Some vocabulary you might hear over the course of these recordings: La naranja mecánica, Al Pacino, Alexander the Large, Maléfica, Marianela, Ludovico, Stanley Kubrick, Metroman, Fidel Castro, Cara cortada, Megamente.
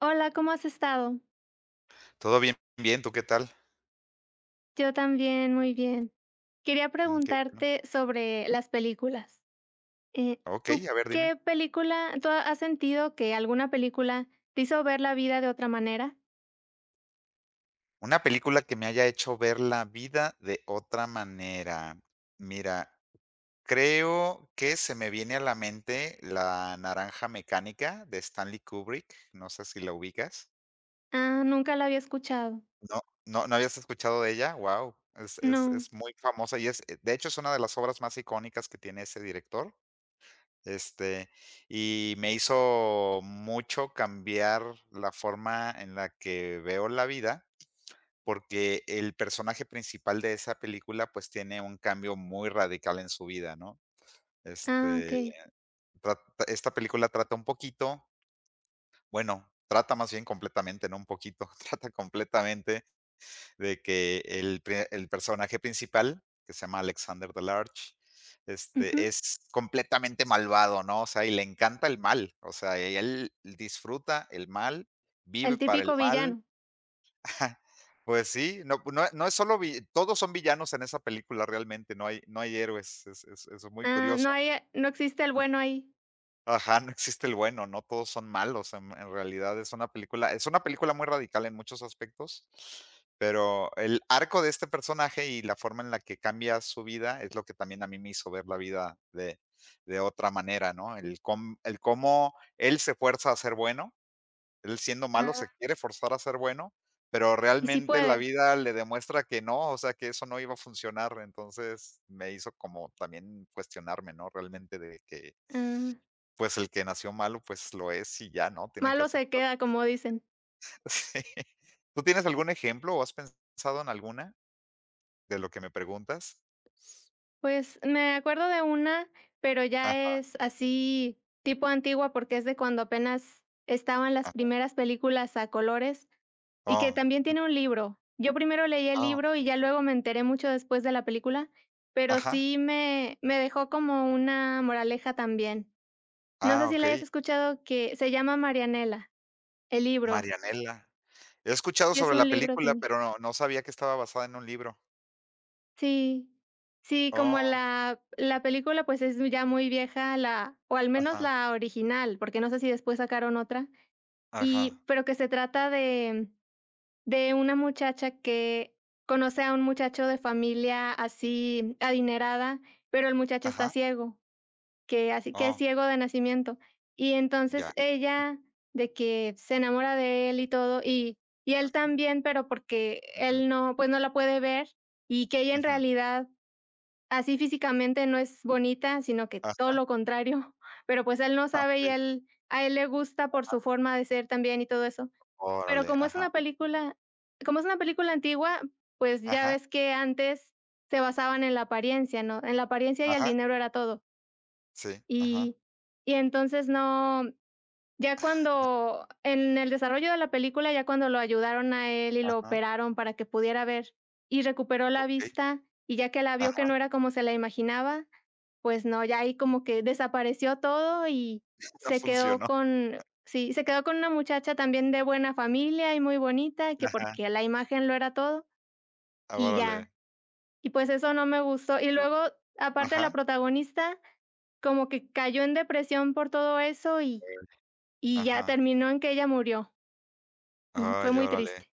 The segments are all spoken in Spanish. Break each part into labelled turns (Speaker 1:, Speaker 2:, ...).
Speaker 1: Hola, ¿cómo has estado?
Speaker 2: Todo bien, ¿tú qué tal?
Speaker 1: Yo también, muy bien. Quería
Speaker 2: Mm, qué bueno.
Speaker 1: preguntarte sobre las películas. ¿Tú
Speaker 2: Okey, a ver, dime.
Speaker 1: qué película, tú ha- Has sentido que alguna película te hizo ver la vida de otra manera?
Speaker 2: Una película que me haya hecho ver la vida de otra manera. Mira, creo que se me viene a la mente La naranja mecánica de Stanley Kubrick, no sé si la ubicas.
Speaker 1: Ah, nunca la había escuchado.
Speaker 2: ¿No habías escuchado de ella? Wow, es es
Speaker 1: No.
Speaker 2: es muy famosa y es, de hecho, es una de las obras más icónicas que tiene ese director, este, y me hizo mucho cambiar la forma en la que veo la vida. Porque el personaje principal de esa película, pues, tiene un cambio muy radical en su vida, ¿no?
Speaker 1: Ah,
Speaker 2: Este,
Speaker 1: okey.
Speaker 2: trat esta película trata un poquito, bueno, trata más bien completamente, no un poquito, trata completamente de que el personaje principal, que se llama Alexander the Large,
Speaker 1: Ujú.
Speaker 2: es completamente malvado, ¿no? O sea, y le encanta el mal, o sea, y él disfruta el mal, vive
Speaker 1: El
Speaker 2: para el
Speaker 1: típico
Speaker 2: mal.
Speaker 1: villano.
Speaker 2: Pues sí, no es solo vi todos son villanos en esa película realmente, no hay héroes, es muy
Speaker 1: Ah,
Speaker 2: curioso.
Speaker 1: no existe el bueno ahí.
Speaker 2: Ajá, no existe el bueno, no todos son malos, en realidad es una película muy radical en muchos aspectos, pero el arco de este personaje y la forma en la que cambia su vida es lo que también a mí me hizo ver la vida de otra manera, ¿no? El cómo él se fuerza a ser bueno, él siendo malo
Speaker 1: Ah,
Speaker 2: se quiere forzar a ser bueno, pero
Speaker 1: y si
Speaker 2: realmente la
Speaker 1: puede.
Speaker 2: vida le demuestra que no, o sea, que eso no iba a funcionar. Entonces, me hizo como también cuestionarme, ¿no? Realmente de que,
Speaker 1: Ah,
Speaker 2: pues, el que nació malo, pues, lo es y ya, ¿no? Tiene que
Speaker 1: malo se
Speaker 2: aceptarlo.
Speaker 1: queda, como dicen.
Speaker 2: Sí. ¿Tú tienes algún ejemplo o has pensado en alguna de lo que me preguntas?
Speaker 1: Pues, me acuerdo de una, pero
Speaker 2: Ajá,
Speaker 1: ya es así tipo antigua, porque es de cuando apenas estaban las
Speaker 2: ajá.
Speaker 1: primeras películas a colores y que
Speaker 2: Oh,
Speaker 1: también tiene un libro. Yo primero leí el
Speaker 2: oh,
Speaker 1: libro y ya luego me enteré mucho después de la película, pero
Speaker 2: ajá.
Speaker 1: sí me dejó como una moraleja también. No sé
Speaker 2: Ah,
Speaker 1: si la hayas
Speaker 2: okey.
Speaker 1: escuchado, que se llama Marianela, el libro,
Speaker 2: Marianela. He escuchado
Speaker 1: y es
Speaker 2: sobre la
Speaker 1: un libro
Speaker 2: película,
Speaker 1: también.
Speaker 2: pero no sabía que estaba basada en un libro.
Speaker 1: Sí, sí, como
Speaker 2: Oh,
Speaker 1: la película, pues, es ya muy vieja, la o al menos
Speaker 2: ajá,
Speaker 1: la original, porque no sé si después sacaron otra, y
Speaker 2: ajá,
Speaker 1: pero que se trata de una muchacha que conoce a un muchacho de familia así adinerada, pero el muchacho está
Speaker 2: ajá.
Speaker 1: ciego, que así que es
Speaker 2: Oh,
Speaker 1: ciego de nacimiento. Y entonces
Speaker 2: ya.
Speaker 1: ella de que se enamora de él y todo, y él
Speaker 2: Ujú,
Speaker 1: también, pero porque
Speaker 2: ujú,
Speaker 1: él no, pues, no la puede ver, y que ella en
Speaker 2: ujú.
Speaker 1: realidad, así físicamente no es bonita, sino que todo
Speaker 2: Ajá,
Speaker 1: lo contrario, pero, pues, él no sabe y
Speaker 2: okey.
Speaker 1: él a él le gusta por su forma de ser también y todo eso. Pero
Speaker 2: Órale,
Speaker 1: como es
Speaker 2: ajá,
Speaker 1: una película como es una película antigua, pues, ya
Speaker 2: ajá,
Speaker 1: ves que antes se basaban en la apariencia, ¿no? En la apariencia y el
Speaker 2: ajá,
Speaker 1: dinero era todo.
Speaker 2: sí, ajá,
Speaker 1: Y y entonces no, ya cuando en el desarrollo de la película, ya cuando lo ayudaron a él y lo
Speaker 2: ajá,
Speaker 1: operaron para que pudiera ver y recuperó la
Speaker 2: okey,
Speaker 1: vista, y ya que la vio
Speaker 2: ajá,
Speaker 1: que no era como se la imaginaba, pues no, ya ahí como que desapareció todo y
Speaker 2: no
Speaker 1: se quedó
Speaker 2: funcionó,
Speaker 1: con sí, se quedó con una muchacha también de buena familia y muy bonita, que
Speaker 2: ajá,
Speaker 1: porque la imagen lo era todo, y
Speaker 2: órale,
Speaker 1: ya. Y pues eso no me gustó. Y luego, aparte la
Speaker 2: ajá,
Speaker 1: protagonista, como que cayó en depresión por todo eso
Speaker 2: órale,
Speaker 1: y ya
Speaker 2: ajá,
Speaker 1: terminó en que ella murió, y fue
Speaker 2: ay,
Speaker 1: muy
Speaker 2: órale.
Speaker 1: triste.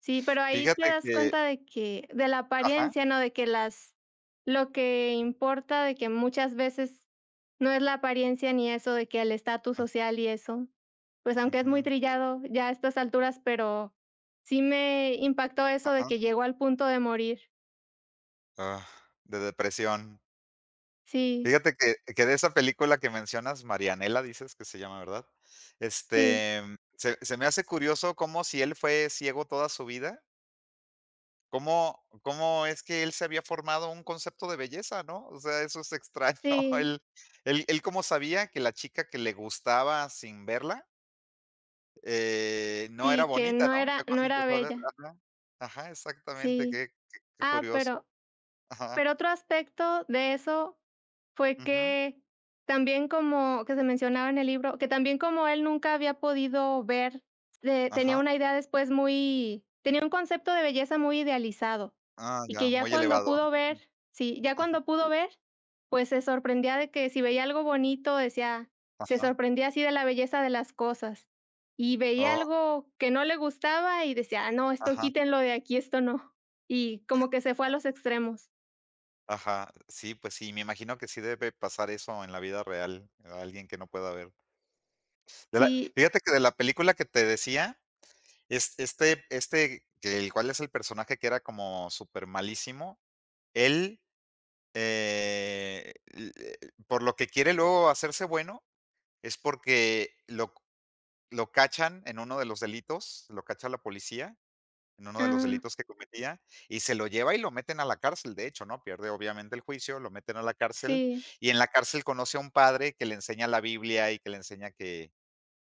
Speaker 1: Sí, pero ahí te
Speaker 2: Fíjate
Speaker 1: das
Speaker 2: que
Speaker 1: cuenta de que de la
Speaker 2: ajá,
Speaker 1: apariencia, ¿no? De que las lo que importa, de que muchas veces no es la apariencia ni eso, de que el estatus social y eso. Pues, aunque es
Speaker 2: ujú,
Speaker 1: muy
Speaker 2: ujú,
Speaker 1: trillado ya a estas alturas, pero sí me impactó eso de que
Speaker 2: ajá,
Speaker 1: llegó al punto de morir.
Speaker 2: ah, de depresión.
Speaker 1: Sí,
Speaker 2: Fíjate que de esa película que mencionas, Marianela, dices que se llama, ¿verdad?
Speaker 1: sí,
Speaker 2: Este, se me hace curioso cómo si él fue ciego toda su vida. ¿Cómo es que él se había formado un concepto de belleza, no? O sea, eso es extraño.
Speaker 1: sí,
Speaker 2: Él él cómo sabía que la chica que le gustaba sin verla, no era
Speaker 1: sí, que
Speaker 2: bonita,
Speaker 1: no
Speaker 2: ¿no?
Speaker 1: era
Speaker 2: Ya
Speaker 1: no
Speaker 2: cuando
Speaker 1: era
Speaker 2: empezó a ver
Speaker 1: bella.
Speaker 2: ajá. Ajá, exactamente,
Speaker 1: Sí.
Speaker 2: qué
Speaker 1: Ah,
Speaker 2: curioso.
Speaker 1: pero
Speaker 2: Ajá.
Speaker 1: Pero otro aspecto de eso fue
Speaker 2: Ujú.
Speaker 1: que también como que se mencionaba en el libro, que también como él nunca había podido ver, tenía
Speaker 2: Ajá.
Speaker 1: una idea después muy tenía un concepto de belleza muy idealizado,
Speaker 2: Ah,
Speaker 1: y que
Speaker 2: ya,
Speaker 1: ya
Speaker 2: muy
Speaker 1: cuando
Speaker 2: elevado.
Speaker 1: pudo ver,
Speaker 2: Ujú.
Speaker 1: sí, ya
Speaker 2: Ajá.
Speaker 1: cuando pudo ver, pues se sorprendía de que si veía algo bonito, decía se
Speaker 2: Ajá.
Speaker 1: sorprendía así de la belleza de las cosas, y veía
Speaker 2: Oh,
Speaker 1: algo que no le gustaba y decía: "Ah, no, esto
Speaker 2: ajá,
Speaker 1: quítenlo de aquí, esto no", y como que se fue a los extremos.
Speaker 2: ajá. Sí, pues sí, me imagino que sí debe pasar eso en la vida real, a alguien que no pueda ver. De la
Speaker 1: Sí,
Speaker 2: fíjate que de la película que te decía es este, que el cual es el personaje que era como súper malísimo, él, l por lo que quiere luego hacerse bueno, es porque lo cachan en uno de los delitos, lo cacha la policía en uno de los
Speaker 1: ah,
Speaker 2: delitos que cometía, y se lo lleva y lo meten a la cárcel, de hecho, ¿no? Pierde obviamente el juicio, lo meten a la cárcel,
Speaker 1: sí,
Speaker 2: y en la cárcel conoce a un padre que le enseña la Biblia y que le enseña que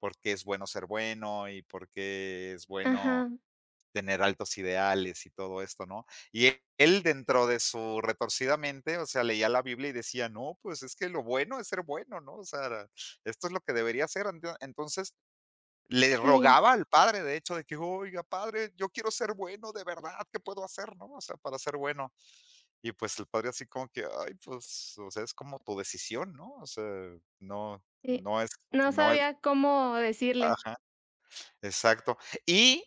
Speaker 2: por qué es bueno ser bueno y por qué es bueno
Speaker 1: ajá,
Speaker 2: tener altos ideales y todo esto, ¿no? Y él dentro de su retorcida mente, o sea, leía la Biblia y decía, no, pues es que lo bueno es ser bueno, ¿no? O sea, esto es lo que debería ser. Entonces le
Speaker 1: sí,
Speaker 2: rogaba al padre, de hecho, de que, oiga, padre, yo quiero ser bueno, de verdad, ¿qué puedo hacer, no? O sea, para ser bueno. Y pues el padre así como que, ay, pues, o sea, es como tu decisión, ¿no? O sea, no,
Speaker 1: sí.
Speaker 2: no es,
Speaker 1: No
Speaker 2: no es,
Speaker 1: sabía cómo decirle.
Speaker 2: ajá, exacto. Y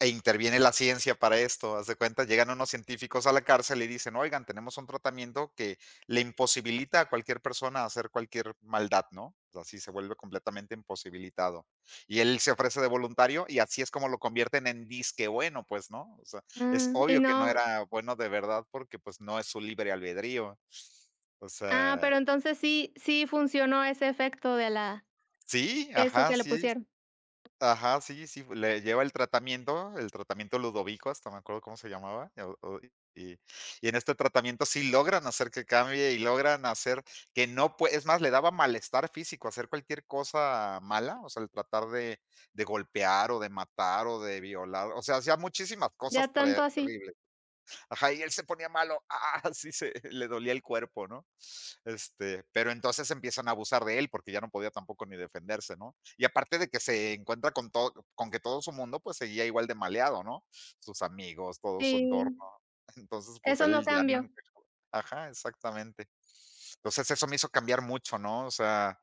Speaker 2: E interviene la ciencia para esto, haz de cuenta, llegan unos científicos a la cárcel y dicen: "Oigan, tenemos un tratamiento que le imposibilita a cualquier persona hacer cualquier maldad", ¿no? O sea, así se vuelve completamente imposibilitado. Y él se ofrece de voluntario y así es como lo convierten en disque bueno, pues, ¿no? O sea, es
Speaker 1: Ah, y
Speaker 2: obvio que no
Speaker 1: no.
Speaker 2: era bueno de verdad porque, pues, no es su libre albedrío. O
Speaker 1: Ah,
Speaker 2: sea
Speaker 1: pero entonces sí funcionó ese efecto de la,
Speaker 2: sí,
Speaker 1: eso
Speaker 2: ajá,
Speaker 1: que le
Speaker 2: sí.
Speaker 1: pusieron.
Speaker 2: Ajá, sí, sí, le lleva el tratamiento Ludovico, hasta me acuerdo cómo se llamaba, o y en este tratamiento sí logran hacer que cambie y logran hacer que no pue es más, le daba malestar físico hacer cualquier cosa mala, o sea, el tratar de golpear, o de matar, o de violar, o sea, hacía muchísimas cosas
Speaker 1: Ya
Speaker 2: tre
Speaker 1: tanto así.
Speaker 2: terribles. Ajá, y él se ponía malo, ah, así se le dolía el cuerpo, ¿no? Pero entonces empiezan a abusar de él porque ya no podía tampoco ni defenderse, ¿no? Y aparte de que se encuentra con todo, con que todo su mundo pues seguía igual de maleado, ¿no? Sus amigos, todo su entorno.
Speaker 1: Sí,
Speaker 2: Entonces, pues
Speaker 1: eso no
Speaker 2: él ya no
Speaker 1: cambió.
Speaker 2: encajaba. Ajá, exactamente. Entonces eso me hizo cambiar mucho, ¿no? O sea,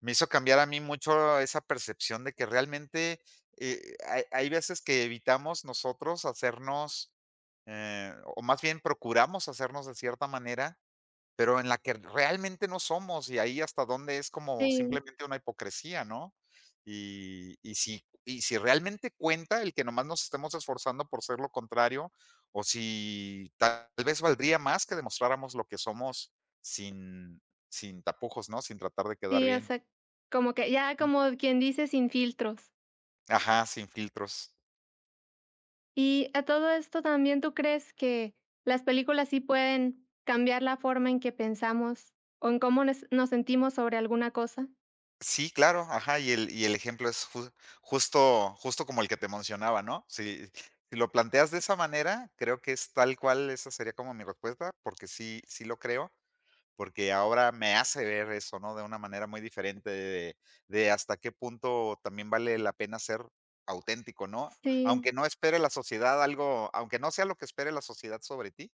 Speaker 2: me hizo cambiar a mí mucho esa percepción de que realmente hay, hay veces que evitamos nosotros hacernos o más bien procuramos hacernos de cierta manera, pero en la que realmente no somos, y ahí hasta dónde es como
Speaker 1: Sí,
Speaker 2: simplemente una hipocresía, ¿no? Y si realmente cuenta el que nomás nos estemos esforzando por ser lo contrario, o si tal vez valdría más que demostráramos lo que somos sin, sin tapujos, ¿no? Sin tratar de quedar
Speaker 1: sí, o
Speaker 2: bien.
Speaker 1: sea, como que ya como quien dice, sin filtros.
Speaker 2: Ajá, sin filtros.
Speaker 1: Y a todo esto también, ¿tú crees que las películas sí pueden cambiar la forma en que pensamos o en cómo nos sentimos sobre alguna cosa?
Speaker 2: Sí, claro, ajá, y el ejemplo es justo como el que te mencionaba, ¿no? Si si lo planteas de esa manera, creo que es tal cual, esa sería como mi respuesta, porque sí lo creo, porque ahora me hace ver eso, ¿no? De una manera muy diferente de hasta qué punto también vale la pena ser auténtico, ¿no?
Speaker 1: Sí.
Speaker 2: Aunque no sea lo que espere la sociedad sobre ti,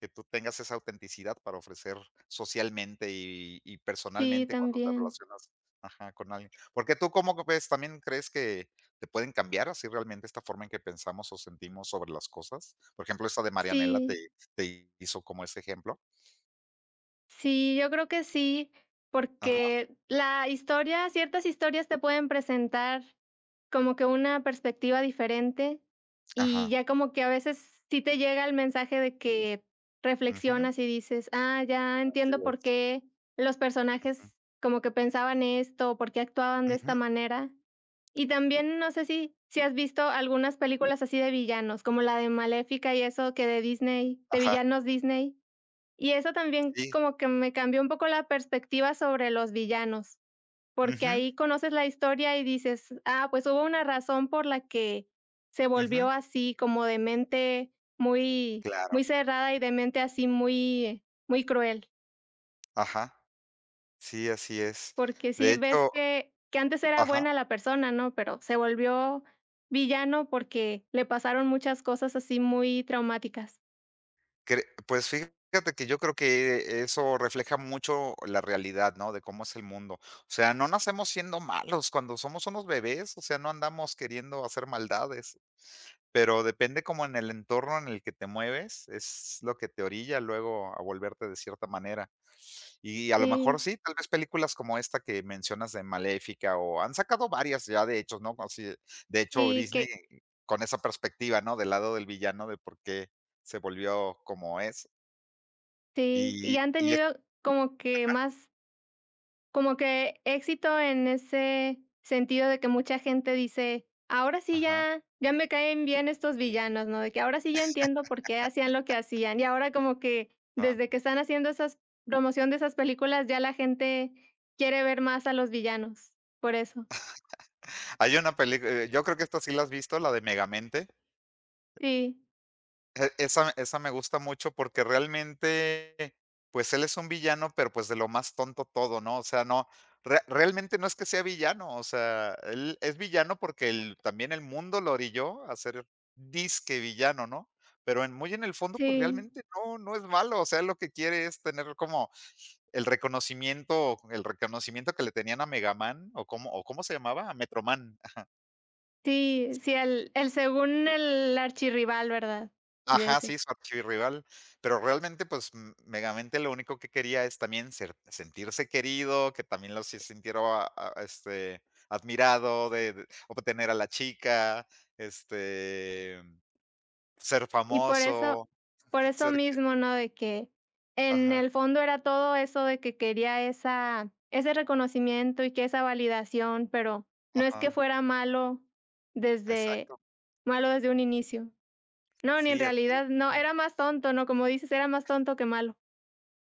Speaker 2: que tú tengas esa autenticidad para ofrecer socialmente y
Speaker 1: Sí,
Speaker 2: personalmente cuando te
Speaker 1: también.
Speaker 2: relacionas ajá, con alguien. Porque tú, ¿cómo ves? ¿También crees que te pueden cambiar así realmente esta forma en que pensamos o sentimos sobre las cosas? Por ejemplo, esta de Marianela
Speaker 1: Sí,
Speaker 2: te hizo como ese ejemplo.
Speaker 1: sí, yo creo que sí,
Speaker 2: Ajá,
Speaker 1: porque la historia ciertas historias te pueden presentar como que una perspectiva diferente, y
Speaker 2: ajá.
Speaker 1: ya como que a veces sí te llega el mensaje de que
Speaker 2: Ujú.
Speaker 1: reflexionas y dices: "Ah, ya
Speaker 2: Así
Speaker 1: entiendo por
Speaker 2: es.
Speaker 1: qué los
Speaker 2: Ujú.
Speaker 1: personajes como que pensaban esto, por qué actuaban de
Speaker 2: Ujú.
Speaker 1: esta manera". Y también, no sé si si has visto algunas películas así de villanos, como la de Maléfica y eso, que de Disney, de
Speaker 2: Ajá,
Speaker 1: villanos Disney. Y eso también
Speaker 2: sí.
Speaker 1: como que me cambió un poco la perspectiva sobre los villanos, porque
Speaker 2: Ujú,
Speaker 1: ahí conoces la historia y dices: "Ah, pues hubo una razón por la que se volvió
Speaker 2: ujú.
Speaker 1: así", como de mente muy
Speaker 2: Claro.
Speaker 1: muy cerrada y de mente así muy muy cruel,
Speaker 2: Ajá. Sí, así es.
Speaker 1: porque
Speaker 2: De
Speaker 1: sí ves
Speaker 2: hecho
Speaker 1: que antes era
Speaker 2: ajá.
Speaker 1: buena la persona, ¿no? Pero se volvió villano porque le pasaron muchas cosas así muy traumáticas.
Speaker 2: Cre pues fíjate que yo creo que eso refleja mucho la realidad, ¿no? De cómo es el mundo. O sea, no nacemos siendo malos cuando somos unos bebés, o sea, no andamos queriendo hacer maldades, pero depende como en el entorno en el que te mueves, es lo que te orilla luego a volverte de cierta manera. Y a lo
Speaker 1: Sí,
Speaker 2: mejor sí, tal vez películas como esta que mencionas de Maléfica o han sacado varias ya de hechos, ¿no? Así, de hecho,
Speaker 1: sí,
Speaker 2: Disney
Speaker 1: que
Speaker 2: con esa perspectiva, ¿no? Del lado del villano de por qué se volvió como es.
Speaker 1: sí, y
Speaker 2: Y
Speaker 1: han
Speaker 2: y es
Speaker 1: tenido como que más. Como que éxito en ese sentido de que mucha gente dice: "Ahora sí
Speaker 2: ajá,
Speaker 1: ya ya me caen bien estos villanos", ¿no? De que ahora sí ya entiendo por qué hacían lo que hacían. Y ahora como que
Speaker 2: ah,
Speaker 1: desde que están haciendo esas promoción de esas películas, ya la gente quiere ver más a los villanos, por eso.
Speaker 2: hay una película, yo creo que esta sí la has visto, la de Megamente.
Speaker 1: Sí,
Speaker 2: Esa me gusta mucho porque realmente, pues, él es un villano, pero, pues, de lo más tonto todo, ¿no? O sea, no, re realmente no es que sea villano, o sea, él es villano porque el también el mundo lo orilló a ser disque villano, ¿no? Pero en muy en el fondo, pues,
Speaker 1: sí,
Speaker 2: realmente no es malo, o sea, lo que quiere es tener como el reconocimiento que le tenían a Megaman o cómo se llamaba? A Metroman.
Speaker 1: sí, sí, el según el archirrival, ¿verdad? De
Speaker 2: Ajá,
Speaker 1: ese.
Speaker 2: sí, su archirrival, pero realmente, pues, M Megamente lo único que quería es también ser sentirse querido, que también lo se sintiera, a admirado de obtener a la chica, este, ser
Speaker 1: Y por eso
Speaker 2: famoso,
Speaker 1: por eso
Speaker 2: ser que
Speaker 1: mismo, ¿no? De que en
Speaker 2: ajá,
Speaker 1: el fondo era todo eso de que quería esa ese reconocimiento y que esa validación, pero no es que
Speaker 2: ajá,
Speaker 1: fuera desde
Speaker 2: exacto.
Speaker 1: malo desde un inicio. No, ni en
Speaker 2: Sí, así es.
Speaker 1: realidad, no,
Speaker 2: Ujú.
Speaker 1: era más tonto, ¿no? Como dices, era más tonto que malo.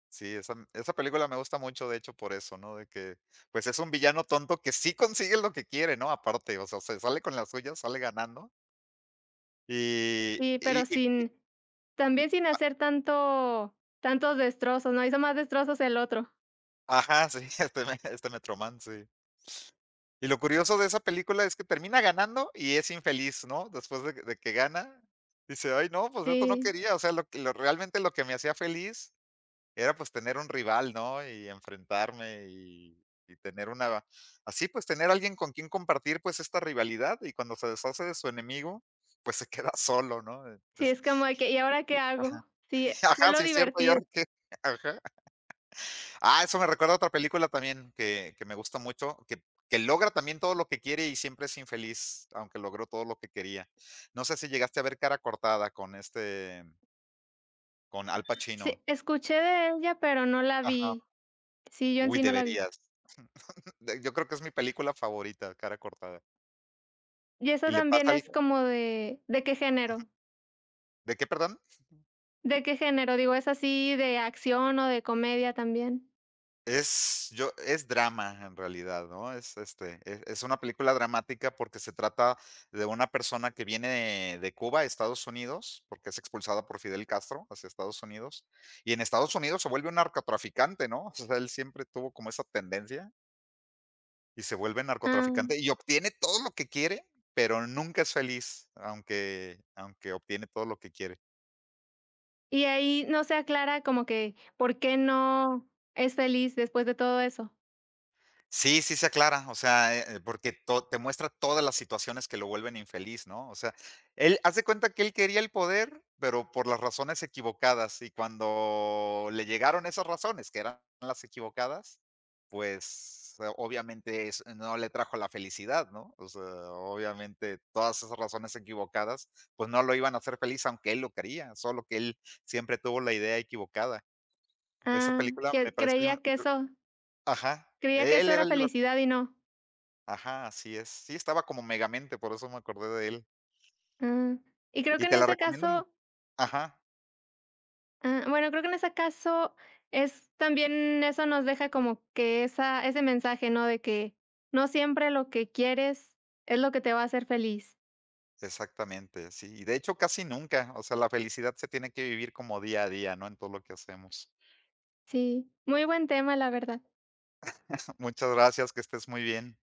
Speaker 2: Sí, esa película me gusta mucho, de hecho, por eso, ¿no? De que, pues, es un villano tonto que sí consigue lo que quiere, ¿no? Aparte, o sea, se sale con las suyas sale ganando, y
Speaker 1: Y
Speaker 2: y
Speaker 1: pero sin, también sin hacer tantos destrozos, ¿no? Hizo más destrozos el otro.
Speaker 2: ajá, sí, este me este Metroman, sí. Y lo curioso de esa película es que termina ganando y es infeliz, ¿no? Después de que gana, dice: "Ay, no, pues esto no
Speaker 1: Sí,
Speaker 2: quería", o sea, lo que lo realmente lo que me hacía feliz era, pues, tener un rival, ¿no? Y enfrentarme y tener una así, pues, tener alguien con quien compartir, pues, esta rivalidad, y cuando se deshace de su enemigo, pues, se queda solo, ¿no?
Speaker 1: sí,
Speaker 2: Es
Speaker 1: es como de que, ¿y ahora qué hago? Sí, fue
Speaker 2: ajá,
Speaker 1: lo
Speaker 2: sí es cierto, y
Speaker 1: divertido.
Speaker 2: ahora que ajá. Ah, eso me recuerda a otra película también que me gusta mucho, que logra también todo lo que quiere y siempre es infeliz, aunque logró todo lo que quería. No sé si llegaste a ver Cara cortada con con Al
Speaker 1: Sí,
Speaker 2: Pacino.
Speaker 1: escuché de ella, pero no la
Speaker 2: Ajá.
Speaker 1: vi. Sí, yo en
Speaker 2: Uy,
Speaker 1: sí no la vi.
Speaker 2: deberías. Yo creo que es mi película favorita, Cara cortada.
Speaker 1: Y esa
Speaker 2: Y le
Speaker 1: también
Speaker 2: pasa
Speaker 1: es
Speaker 2: algo
Speaker 1: como ¿de qué género?
Speaker 2: ¿de qué, perdón?
Speaker 1: ¿De qué género? Digo, ¿es así de acción o de comedia también?
Speaker 2: Es drama en realidad, ¿no? Es, es una película dramática porque se trata de una persona que viene de Cuba a Estados Unidos, porque es expulsada por Fidel Castro hacia Estados Unidos, y en Estados Unidos se vuelve un narcotraficante, ¿no? O sea, él siempre tuvo como esa tendencia y se vuelve
Speaker 1: Ah,
Speaker 2: narcotraficante y obtiene todo lo que quiere, pero nunca es feliz, aunque obtiene todo lo que quiere.
Speaker 1: y ahí no se aclara como que, ¿por qué no es feliz después de todo eso?
Speaker 2: Sí, sí se aclara, o sea, porque to te muestra todas las situaciones que lo vuelven infeliz, ¿no? O sea, él hace cuenta que él quería el poder, pero por las razones equivocadas, y cuando le llegaron esas razones, que eran las equivocadas, pues, obviamente es no le trajo la felicidad, ¿no? O sea, obviamente todas esas razones equivocadas, pues, no lo iban a hacer feliz, aunque él lo quería, solo que él siempre tuvo la idea equivocada. Esa
Speaker 1: Ah,
Speaker 2: película me
Speaker 1: que
Speaker 2: parece de un
Speaker 1: creía que eso
Speaker 2: ajá,
Speaker 1: creía que eso
Speaker 2: él era
Speaker 1: era
Speaker 2: el
Speaker 1: felicidad y no.
Speaker 2: ajá, así es. Sí, estaba como Megamente, por eso me acordé de él.
Speaker 1: Ah, y creo
Speaker 2: Y
Speaker 1: que en
Speaker 2: te la
Speaker 1: ese
Speaker 2: recomiendo mu
Speaker 1: caso
Speaker 2: ajá,
Speaker 1: Ah, bueno, creo que en ese caso es también, eso nos deja como que esa ese mensaje, ¿no? De que no siempre lo que quieres es lo que te va a hacer feliz.
Speaker 2: exactamente, sí. Y de hecho, casi nunca, o sea, la felicidad se tiene que vivir como día a día, ¿no? En todo lo que hacemos.
Speaker 1: Sí, muy buen tema, la verdad.
Speaker 2: Muchas gracias, que estés muy bien.